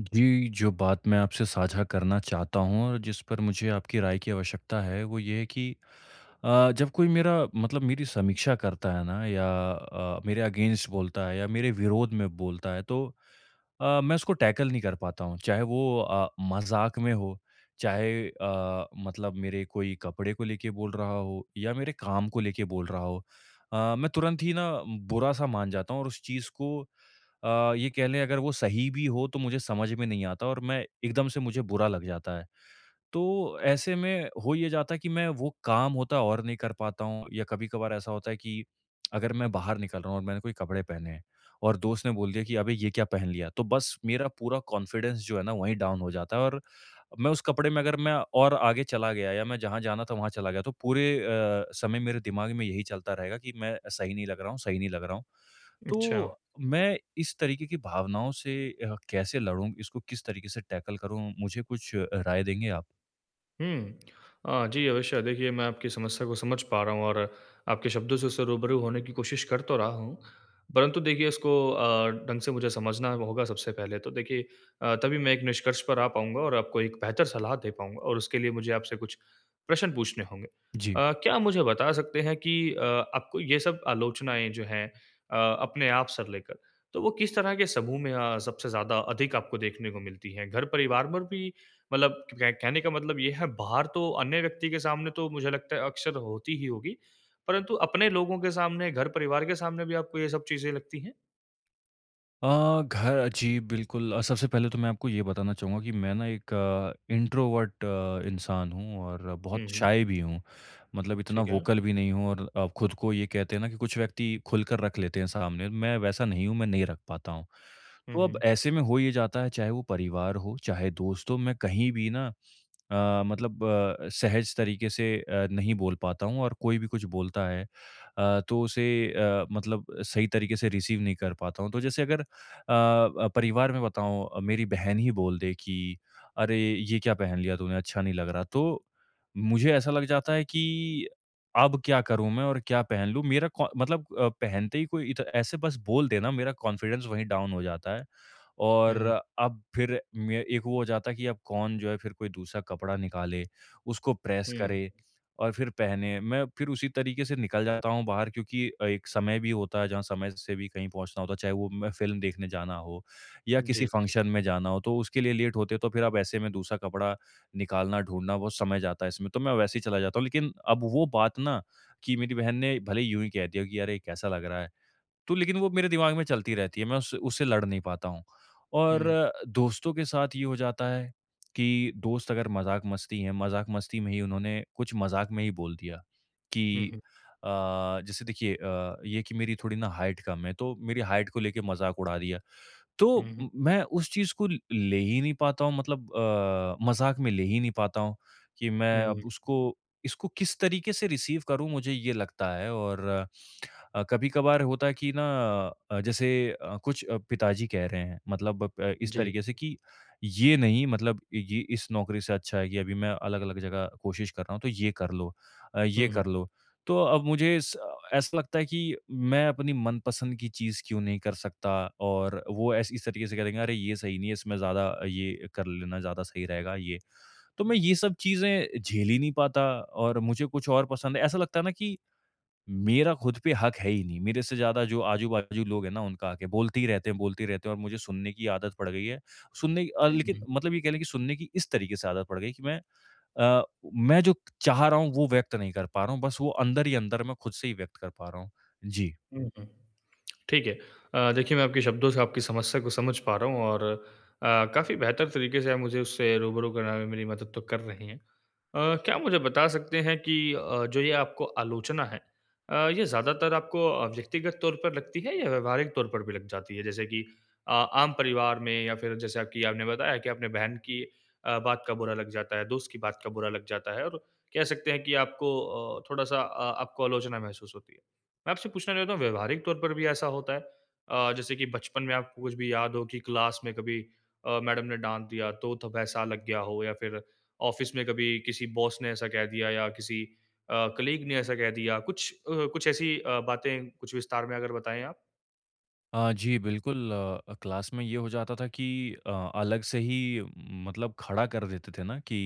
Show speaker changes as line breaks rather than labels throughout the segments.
जी, जो बात मैं आपसे साझा करना चाहता हूँ और जिस पर मुझे आपकी राय की आवश्यकता है, वो ये है कि जब कोई मेरा मतलब मेरी समीक्षा करता है ना या मेरे अगेंस्ट बोलता है या मेरे विरोध में बोलता है, तो मैं उसको टैकल नहीं कर पाता हूँ। चाहे वो मज़ाक में हो, चाहे मतलब मेरे कोई कपड़े को लेके बोल रहा हो या मेरे काम को लेके बोल रहा हो। मैं तुरंत ही ना बुरा-सा मान जाता हूँ और उस चीज़ को ये कह लें अगर वो सही भी हो तो मुझे समझ में नहीं आता और मैं एकदम से मुझे बुरा लग जाता है। तो ऐसे में हो ये जाता है कि मैं वो काम होता है और नहीं कर पाता हूँ या कभी-कभार ऐसा होता है कि अगर मैं बाहर निकल रहा हूँ और मैंने कोई कपड़े पहने हैं और दोस्त ने बोल दिया कि अबे ये क्या पहन लिया? तो बस मेरा पूरा कॉन्फिडेंस जो है ना वहीं डाउन हो जाता है और मैं उस कपड़े में अगर मैं और आगे चला गया या मैं जहाँ जाना था वहाँ चला गया तो पूरे समय मेरे दिमाग में यही चलता रहेगा कि मैं सही नहीं लग रहा हूँ, सही नहीं लग रहा हूँ।
अच्छा।
तो मैं इस तरीके की भावनाओं से कैसे लड़ूँ? इसको किस तरीके से टैकल करूँ? मुझे कुछ राय देंगे आप?
हुँ। जी, अवश्य। देखिए, मैं आपकी समस्या को समझ पा रहा हूँ और आपके शब्दों से उससे रूबरू होने की कोशिश कर तो रहा हूँ। परंतु देखिए, इसको ढंग से मुझे समझना होगा सबसे पहले तो। देखिए तभी मैं एक निष्कर्ष पर आ पाऊँगा और आपको एक बेहतर सलाह दे पाऊँगा और उसके लिए मुझे आपसे कुछ प्रश्न पूछने होंगे।
जी।
क्या आप मुझे बता सकते हैं कि आपको ये सब आलोचनाएँ जो हैं अ, अपने आप से लेकर, तो वो किस तरह के समूह में सबसे ज़्यादा अधिक आपको देखने को मिलती हैं? घर-परिवार में भी मतलब कह कहने का मतलब ये है बाहर तो अन्य व्यक्ति के सामने तो मुझे लगता है अक्सर होती ही होगी। परंतु अपने लोगों के सामने, घर-परिवार के सामने भी आपको ये सब चीज़ें लगती हैं?
अ, घर जी, बिल्कुल सबसे पहले तो मैं आपको ये बताना चाहूँगा कि मैं ना एक इंट्रोवर्ट इंसान हूँ और बहुत
हुँ, हुँ।
शाय भी हूँ। मतलब इतना
ठीक है।
वोकल भी नहीं हूँ और खुद को ये कहते हैं ना कि कुछ व्यक्ति खुलकर रख लेते हैं सामने, मैं वैसा नहीं हूँ, मैं नहीं रख पाता हूँ।
हुँ,
तो अब
हुँ।
ऐसे में हो ये जाता है, चाहे वो परिवार हो, चाहे दोस्त हो, मैं कहीं भी ना मतलब सहज तरीके से नहीं बोल पाता हूँ और कोई भी कुछ बोलता है तो उसे मतलब सही तरीके से रिसीव नहीं कर पाता हूँ। तो जैसे अगर परिवार में बताऊँ मेरी बहन ही बोल दे कि अरे! ये क्या पहन लिया तूने अच्छा नहीं लग रहा। तो मुझे ऐसा लग जाता है कि अब क्या करूँ मैं और क्या पहन लूँ? मेरा कॉ मतलब पहनते ही कोई इत ऐसे बस बोल देना मेरा कॉन्फिडेंस वहीं डाउन हो जाता है। और
हुँ,
अब फिर मे एक वो हो जाता है कि अब कौन जो है फिर कोई दूसरा कपड़ा निकाले, उसको प्रेस
हुँ।
करे और फिर पहने। मैं फिर उसी तरीके से निकल जाता हूँ बाहर क्योंकि एक समय भी होता है जहाँ समय से भी कहीं पहुँचना होता है, चाहे वो मैं फ़िल्म देखने जाना हो या
जी,
किसी
जी।
फ़ंक्शन में जाना हो, तो उसके लिए लेट होते हैं, तो फिर अब ऐसे में दूसरा कपड़ा निकालना, ढूँढना बहुत समय जाता है इसमें, तो मैं वैसे ही चला जाता हूँ। लेकिन अब वो बात ना कि मेरी बहन ने भले ही यूँ ही कह दिया कि, "अरे! कैसा लग रहा है?" तो लेकिन वो मेरे दिमाग में चलती रहती है, मैं उस उससे लड़ नहीं पाता हूँ। और
हुँ,
दोस्तों के साथ ये हो जाता है कि दोस्त अगर मज़ाक-मस्ती हैं, मज़ाक-मस्ती में ही उन्होंने कुछ मज़ाक में ही बोल दिया
हुँ,
कि
हुँ।
अ, जैसे देखिए ये कि मेरी थोड़ी ना हाइट कम है, तो मेरी हाइट को लेके मज़ाक उड़ा दिया। तो
हुँ, हुँ।
म मैं उस चीज़ को ल ले ही नहीं पाता हूँ मतलब मज़ाक में ले ही नहीं पाता हूँ कि मैं
हुँ,
अब उसको इसको किस तरीके से रिसीव करूँ मुझे ये लगता है और कभी-कभार होता है कि ना जैसे कुछ पिताजी कह रहे हैं मतलब इस
जी।
तरीके से कि ये नहीं मतलब ये इस नौकरी से अच्छा है कि अभी मैं अलग-अलग जगह कोशिश कर रहा हूँ, तो ये कर लो
हुँ,
ये
हुँ।
कर लो। तो अब मुझे स ऐसा लगता है कि मैं अपनी मनपसंद की चीज़ क्यों नहीं कर सकता और वो ऐस इस तरीके से कह देंगे, "अरे! ये सही नहीं है, इसमें ज़्यादा ये कर लेना ज़्यादा सही रहेगा ये।" तो मैं ये सब चीज़ें झेल ही नहीं पाता और मुझे कुछ और पसंद है। ऐसा लगता है ना कि मेरा खुद पे हक है ही नहीं। मेरे से ज़्यादा जो आजू-बाजू लोग हैं ना उनका हक है। बोलते ही रहते हैं, बोलते ही रहते हैं और मुझे सुनने की आदत पड़ गई है। सुनने
हुँ,
लेकिन
हुँ।
मतलब ये कह लें कि सुनने की इस तरीके से आदत पड़ गई कि अ, मैं जो चाह रहा हूँ वो व्यक्त नहीं कर पा रहा हूँ। बस वो अंदर ही अंदर मैं खुद से ही व्यक्त कर पा रहा हूँ। जी।
हुँ, हुँ। ठीक है। देखिए, मैं आपके शब्दों से आपकी समस्या को समझ पा रहा हूँ और अ, काफ़ी बेहतर तरीके से आप मुझे उससे रूबरू कराने में मेरी मदद तो कर रही हैं। क्या आप मुझे बता सकते हैं कि जो ये आपको आलोचना है, ये ज़्यादातर आपको व्यक्तिगत तौर पर लगती है या व्यावहारिक तौर पर भी लग जाती है? जैसे कि आम परिवार में या फिर जैसे आपकी आपने बताया कि आपने बहन की बात का बुरा लग जाता है, दोस्त की बात का बुरा लग जाता है और कह सकते हैं कि आपको थोड़ा-सा आपको आलोचना महसूस होती है। मैं आपसे पूछना चाहता हूँ व्यवहारिक तौर पर भी ऐसा होता है? जैसे कि बचपन में आपको कुछ भी याद हो कि क्लास में कभी मैडम ने डाँट दिया तो तब ऐसा लग गया हो या फिर ऑफ़िस में कभी किसी बॉस ने ऐसा कह दिया या किसी कलीग ने ऐसा कह दिया। कुछ ऐसी बातें कुछ विस्तार में अगर बताएँ आप?
जी, बिल्कुल क्लास में ये हो जाता था कि अलग से ही मतलब खड़ा कर देते थे ना कि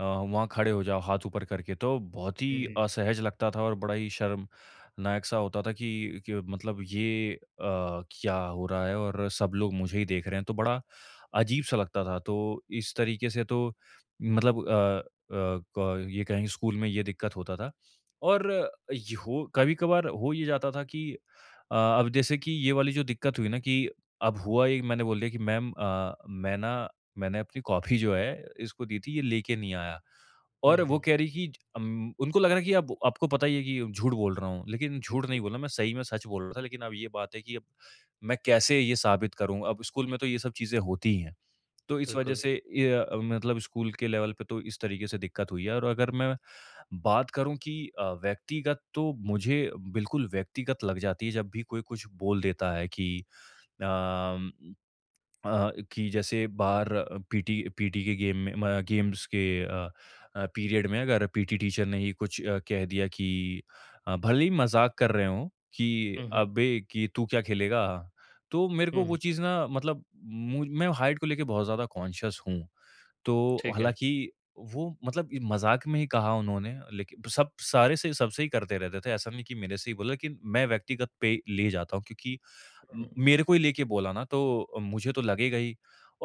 वहाँ खड़े हो जाओ हाथ ऊपर करके, तो बहुत
हुँ,
ही
हुँ।
असहज लगता था और बड़ा ही शर्मनाक सा होता था कि मतलब ये क्या हो रहा है और सब लोग मुझे ही देख रहे हैं, तो बड़ा अजीब सा लगता था। तो इस तरीके से तो मतलब क ये कहेंगे स्कूल में ये दिक्कत होता था और ये हो कभी-कभार हो ये जाता था कि अब जैसे कि ये वाली जो दिक्कत हुई ना कि अब हुआ ये मैंने बोल दिया कि मैम मैं ना मैंने अपनी कॉफ़ी जो है इसको दी थी, ये लेके नहीं आया। और
हुँ,
वो
हुँ।
कह रही कि उनको लग रहा है कि अब आपको पता ही है कि झूठ बोल रहा हूँ, लेकिन
जी,
झूठ नहीं बोला मैं सही में सच बोल रहा था, लेकिन अब ये बात है कि अब मैं कैसे ये साबित करूँ? अब स्कूल में तो ये सब चीज़ें होती ही हैं। तो इस वजह
बिल्कुल।
से ये मतलब स्कूल के लेवल पे तो इस तरीके से दिक्कत हुई है और अगर मैं बात करूँ कि व्यक्तिगत तो मुझे बिल्कुल व्यक्तिगत लग जाती है जब भी कोई कुछ बोल देता है कि अम, कि जैसे बाहर पीटी पीटी के गेम में म गेम्स के पीरियड में अगर पीटी टीचर ने ही कुछ कह दिया कि भले ही मज़ाक कर रहे हों कि
हुँ, हुँ।
"अबे! कि तू क्या खेलेगा?" तो मेरे
हुँ,
को वो
हुँ।
चीज़ ना मतलब मुझ मैं हाइट को लेके बहुत ज़्यादा कॉन्शियस हूँ। तो
ठीक है।
हालाँकि वो मतलब ये मज़ाक में ही कहा उन्होंने, लेकिन सब सारे से सबसे ही करते रहते थे, ऐसा नहीं कि मेरे से ही बोला, लेकिन मैं व्यक्तिगत पे ले जाता हूँ क्योंकि म
हुँ।
मेरे को ही लेके बोला ना तो मुझे तो लगेगा ही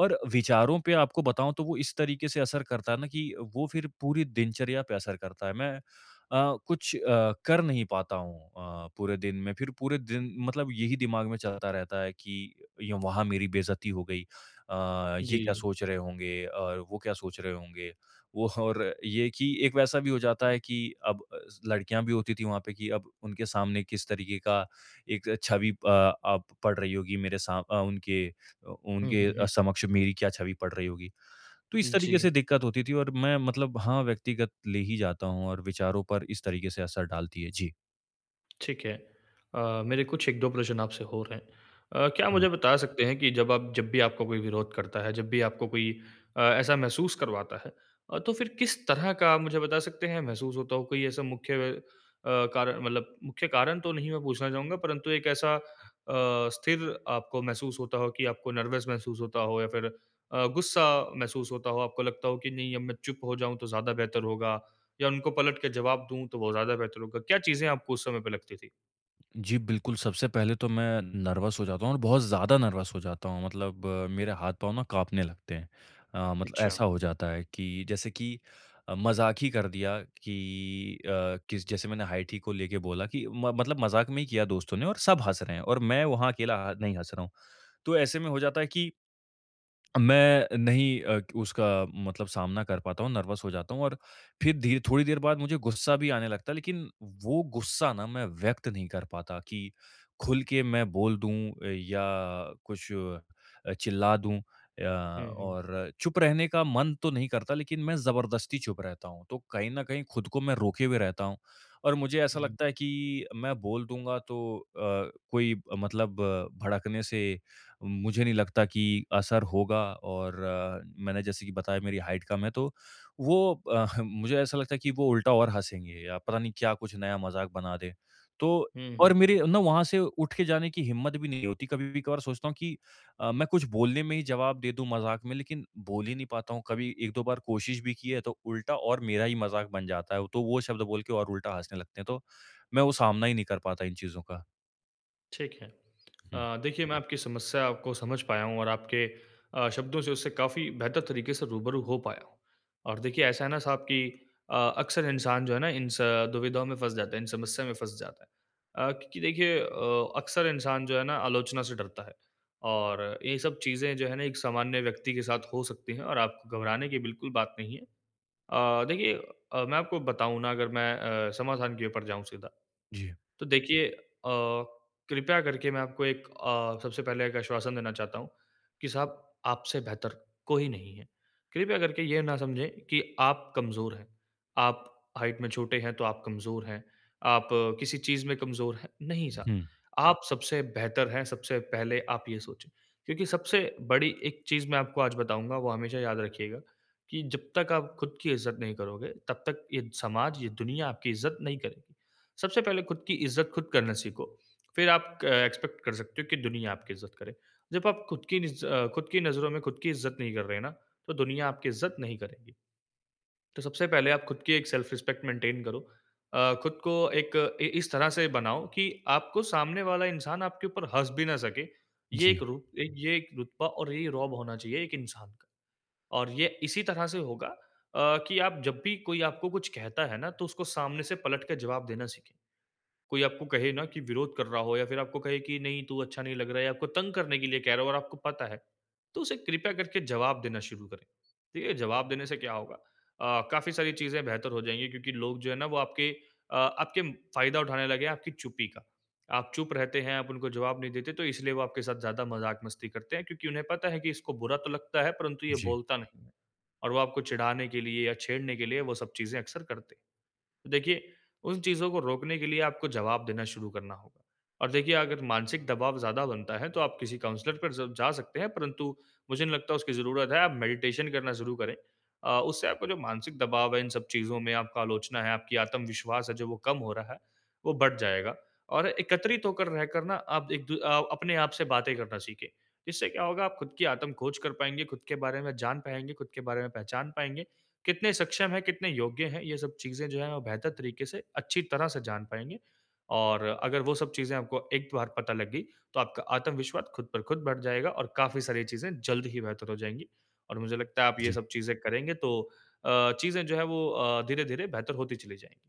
और विचारों पे आपको बताऊँ तो वो इस तरीके से असर करता है ना कि वो फिर पूरी दिनचर्या पे असर करता है। मैं कुछ कर नहीं पाता हूँ पूरे दिन में। फिर पूरे दिन मतलब यही दिमाग में चलता रहता है कि य वहाँ मेरी बेइज़्ज़ती हो गई ये
जी।
क्या सोच रहे होंगे और वो क्या सोच रहे होंगे। वो और ये कि एक वैसा भी हो जाता है कि अब लड़कियाँ भी होती थी वहाँ पे कि अब उनके सामने किस तरीके का एक छवि आप पड़ रही होगी
हुँ, हुँ, हुँ।
समक्ष मेरी क्या छवि पड़ रही होगी। तो इस
जी।
तरीके से दिक्कत होती थी और मैं मतलब हाँ, व्यक्तिगत ले ही जाता हूँ और विचारों पर इस तरीके से असर डालती है। जी।
ठीक है। मेरे कुछ 1-2 प्रश्न आपसे और हैं। क्या मुझे बता सकते हैं कि जब भी आपका कोई विरोध करता है, जब भी आपको कोई ऐसा महसूस करवाता है, तो फिर किस तरह का आप मुझे बता सकते हैं महसूस होता हो? कोई ऐसा मुख्य कारण, मतलब मुख्य कारण तो नहीं मैं पूछना चाहूँगा, परंतु एक ऐसा स्थिर आपको महसूस होता हो कि आपको नर्वस महसूस होता हो या फिर गुस्सा महसूस होता हो, आपको लगता हो कि नहीं अब मैं चुप हो जाऊँ तो ज़्यादा बेहतर होगा या उनको पलट के जवाब दूँ तो वो ज़्यादा बेहतर होगा? क्या चीज़ें आपको उस समय पे लगती थी?
जी, बिल्कुल, सबसे पहले तो मैं नर्वस हो जाता हूँ और बहुत ज़्यादा नर्वस हो जाता हूँ मतलब मेरे हाथ-पाँव ना काँपने लगते हैं। मतलब
अच्छा।
ऐसा हो जाता है कि जैसे कि मज़ाक ही कर दिया कि किस जैसे मैंने हाइट ही को लेके बोला कि म मतलब मज़ाक में ही किया दोस्तों ने और सब हँस रहे हैं और मैं वहाँ अकेला ह नहीं हँस रहा हूँ। तो ऐसे में हो जाता है कि मैं नहीं उसका मतलब सामना कर पाता हूँ, नर्वस हो जाता हूँ और फिर धीरे थोड़ी देर बाद मुझे गुस्सा भी आने लगता है, लेकिन वो गुस्सा ना मैं व्यक्त नहीं कर पाता कि खुल के मैं बोल दूँ या कुछ चिल्ला दूँ या
हुँ, हुँ।
और चुप रहने का मन तो नहीं करता, लेकिन मैं ज़बरदस्ती चुप रहता हूँ। तो कहीं न कहीं खुद को मैं रोके हुए रहता हूँ और मुझे ऐसा
हुँ,
लगता है कि मैं बोल दूँगा तो कोई मतलब भड़कने से मुझे नहीं लगता कि असर होगा और मैंने जैसे कि बताया मेरी हाइट कम है तो वो मुझे ऐसा लगता है कि वो उल्टा और हँसेंगे या पता नहीं क्या कुछ नया मज़ाक बना दें। तो
हुँ, हुँ।
और मेरे ना वहाँ से उठ के जाने की हिम्मत भी नहीं होती। कभी-कभार सोचता हूँ कि मैं कुछ बोलने में ही जवाब दे दूँ मज़ाक में लेकिन बोल ही नहीं पाता हूँ। कभी 1-2 बार कोशिश भी की है तो उल्टा और मेरा ही मज़ाक बन जाता है। तो वो शब्द बोल के और उल्टा हँसने लगते हैं। तो मैं वो सामना ही नहीं कर पाता इन चीज़ों का।
ठीक है।
हुँ।
देखिए, मैं आपकी समस्या को समझ पाया हूँ और आपके शब्दों से उससे काफ़ी बेहतर तरीके से रूबरू हो पाया हूँ। और देखिए ऐसा है ना साहब कि अक्सर इंसान जो है ना इन स दुविधाओं में फँस जाता है, इन समस्या में फँस जाता है। क्योंकि देखिए अक्सर इंसान जो है ना आलोचना से डरता है और ये सब चीज़ें जो है ना एक सामान्य व्यक्ति के साथ हो सकती हैं और आपको घबराने की बिल्कुल बात नहीं है। देखिए, मैं आपको बताऊँ ना, अगर मैं समाधान के ऊपर जाऊँ सीधा
जी।
तो देखिए, कृपया करके मैं आपको एक सबसे पहले एक आश्वासन देना चाहता हूँ कि साहब आपसे बेहतर कोई नहीं है। कृपया करके ये ना समझें कि आप कमज़ोर हैं, आप हाइट में छोटे हैं तो आप कमज़ोर हैं, आप किसी चीज़ में कमज़ोर हैं, नहीं साहब।
हुँ।
आप सबसे बेहतर हैं, सबसे पहले आप ये सोचें। क्योंकि सबसे बड़ी एक चीज़ मैं आपको आज बताऊँगा वो हमेशा याद रखिएगा कि जब तक आप खुद की इज़्ज़त नहीं करोगे, तब तक ये समाज, ये दुनिया आपकी इज़्ज़त नहीं करेगी। सबसे पहले खुद की इज़्ज़त खुद करना सीखो, फिर आप क एक्सपेक्ट कर सकते हो कि दुनिया आपकी इज़्ज़त करे। जब आप खुद की खुद की नज़रों में खुद की इज़्ज़त नहीं कर रहे ना, तो दुनिया आपकी इज़्ज़त नहीं करेगी। तो सबसे पहले आप खुद की एक सेल्फ रिस्पेक्ट मेंटेन करो। खुद को एक इ इस तरह से बनाओ कि आपको सामने वाला इंसान आपके ऊपर हँस भी ना सके।
जी।
ये एक रुतबा और ये रौब होना चाहिए एक इंसान का। और ये इसी तरह से होगा कि आप, जब भी कोई आपको कुछ कहता है ना, तो उसको सामने से पलट के जवाब देना सीखें। कोई आपको कहे ना कि विरोध कर रहा हो या फिर आपको कहे कि नहीं तू अच्छा नहीं लग रहा है या आपको तंग करने के लिए कह रहा हो और आपको पता है, तो उसे कृपया करके जवाब देना शुरू करें। ठीक है, जवाब देने से क्या होगा? काफी सारी चीजें बेहतर हो जाएंगी क्योंकि लोग जो है ना वो आपके आपके फायदा उठाने लगे हैं, आपकी चुप्पी का। आप चुप रहते हैं, आप उनको जवाब नहीं देते, तो इसलिए वो आपके साथ ज्यादा मजाक मस्ती करते हैं क्योंकि उन्हें पता है कि इसको बुरा तो लगता है परंतु ये
जी।
बोलता नहीं है। और वो आपको चिढ़ाने के लिए या छेड़ने के लिए वो सब चीजें अक्सर करते हैं। तो देखिए, उन चीज़ों को रोकने के लिए आपको जवाब देना शुरू करना होगा। और देखिए, अगर मानसिक दबाव ज़्यादा बनता है, तो आप किसी काउंसलर पर ज़ जा सकते हैं, परंतु मुझे नहीं लगता उसकी ज़रूरत है, आप मेडिटेशन करना शुरू करें। उससे आपका जो मानसिक दबाव है इन सब चीज़ों में, आपका आलोचना है, आपकी आत्मविश्वास है जो वो कम हो रहा है, वो बढ़ जाएगा। और एकत्रित होकर रहकर ना, आप एक अपने आप से बातें करना सीखें। इससे क्या होगा, आप खुद की आत्म खोज कर पाएँगे, खुद के बारे में जान पाएँगे, खुद के बारे में पहचान पाएँगे कितने सक्षम हैं, कितने योग्य हैं, ये सब चीज़ें जो हैं वो बेहतर तरीके से, अच्छी तरह से जान पाएँगे। और अगर वो सब चीज़ें आपको एक बार पता लग गई, तो आपका आत्मविश्वास खुद पर खुद बढ़ जाएगा और काफ़ी सारी चीज़ें जल्द ही बेहतर हो जाएँगी। और मुझे लगता है आप ये
जी।
सब चीज़ें करेंगे तो चीज़ें जो है वो धीरे-धीरे बेहतर होती चली जाएँगी।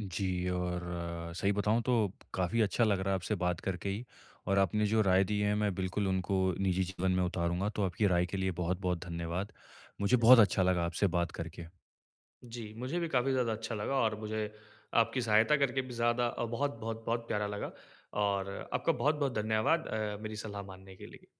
जी, और सही बताऊँ तो काफ़ी अच्छा लग रहा है आपसे बात करके ही और आपने जो राय दी है मैं बिल्कुल उनको निजी जीवन में उतारूँगा। तो आपकी राय के लिए बहुत-बहुत धन्यवाद। मुझे बहुत
जी।
अच्छा लगा आपसे बात करके।
जी, मुझे भी काफ़ी ज़्यादा अच्छा लगा और मुझे आपकी सहायता करके भी ज़्यादा बहुत-बहुत बहुत प्यारा लगा और आपका बहुत-बहुत धन्यवाद मेरी सलाह मानने के लिए।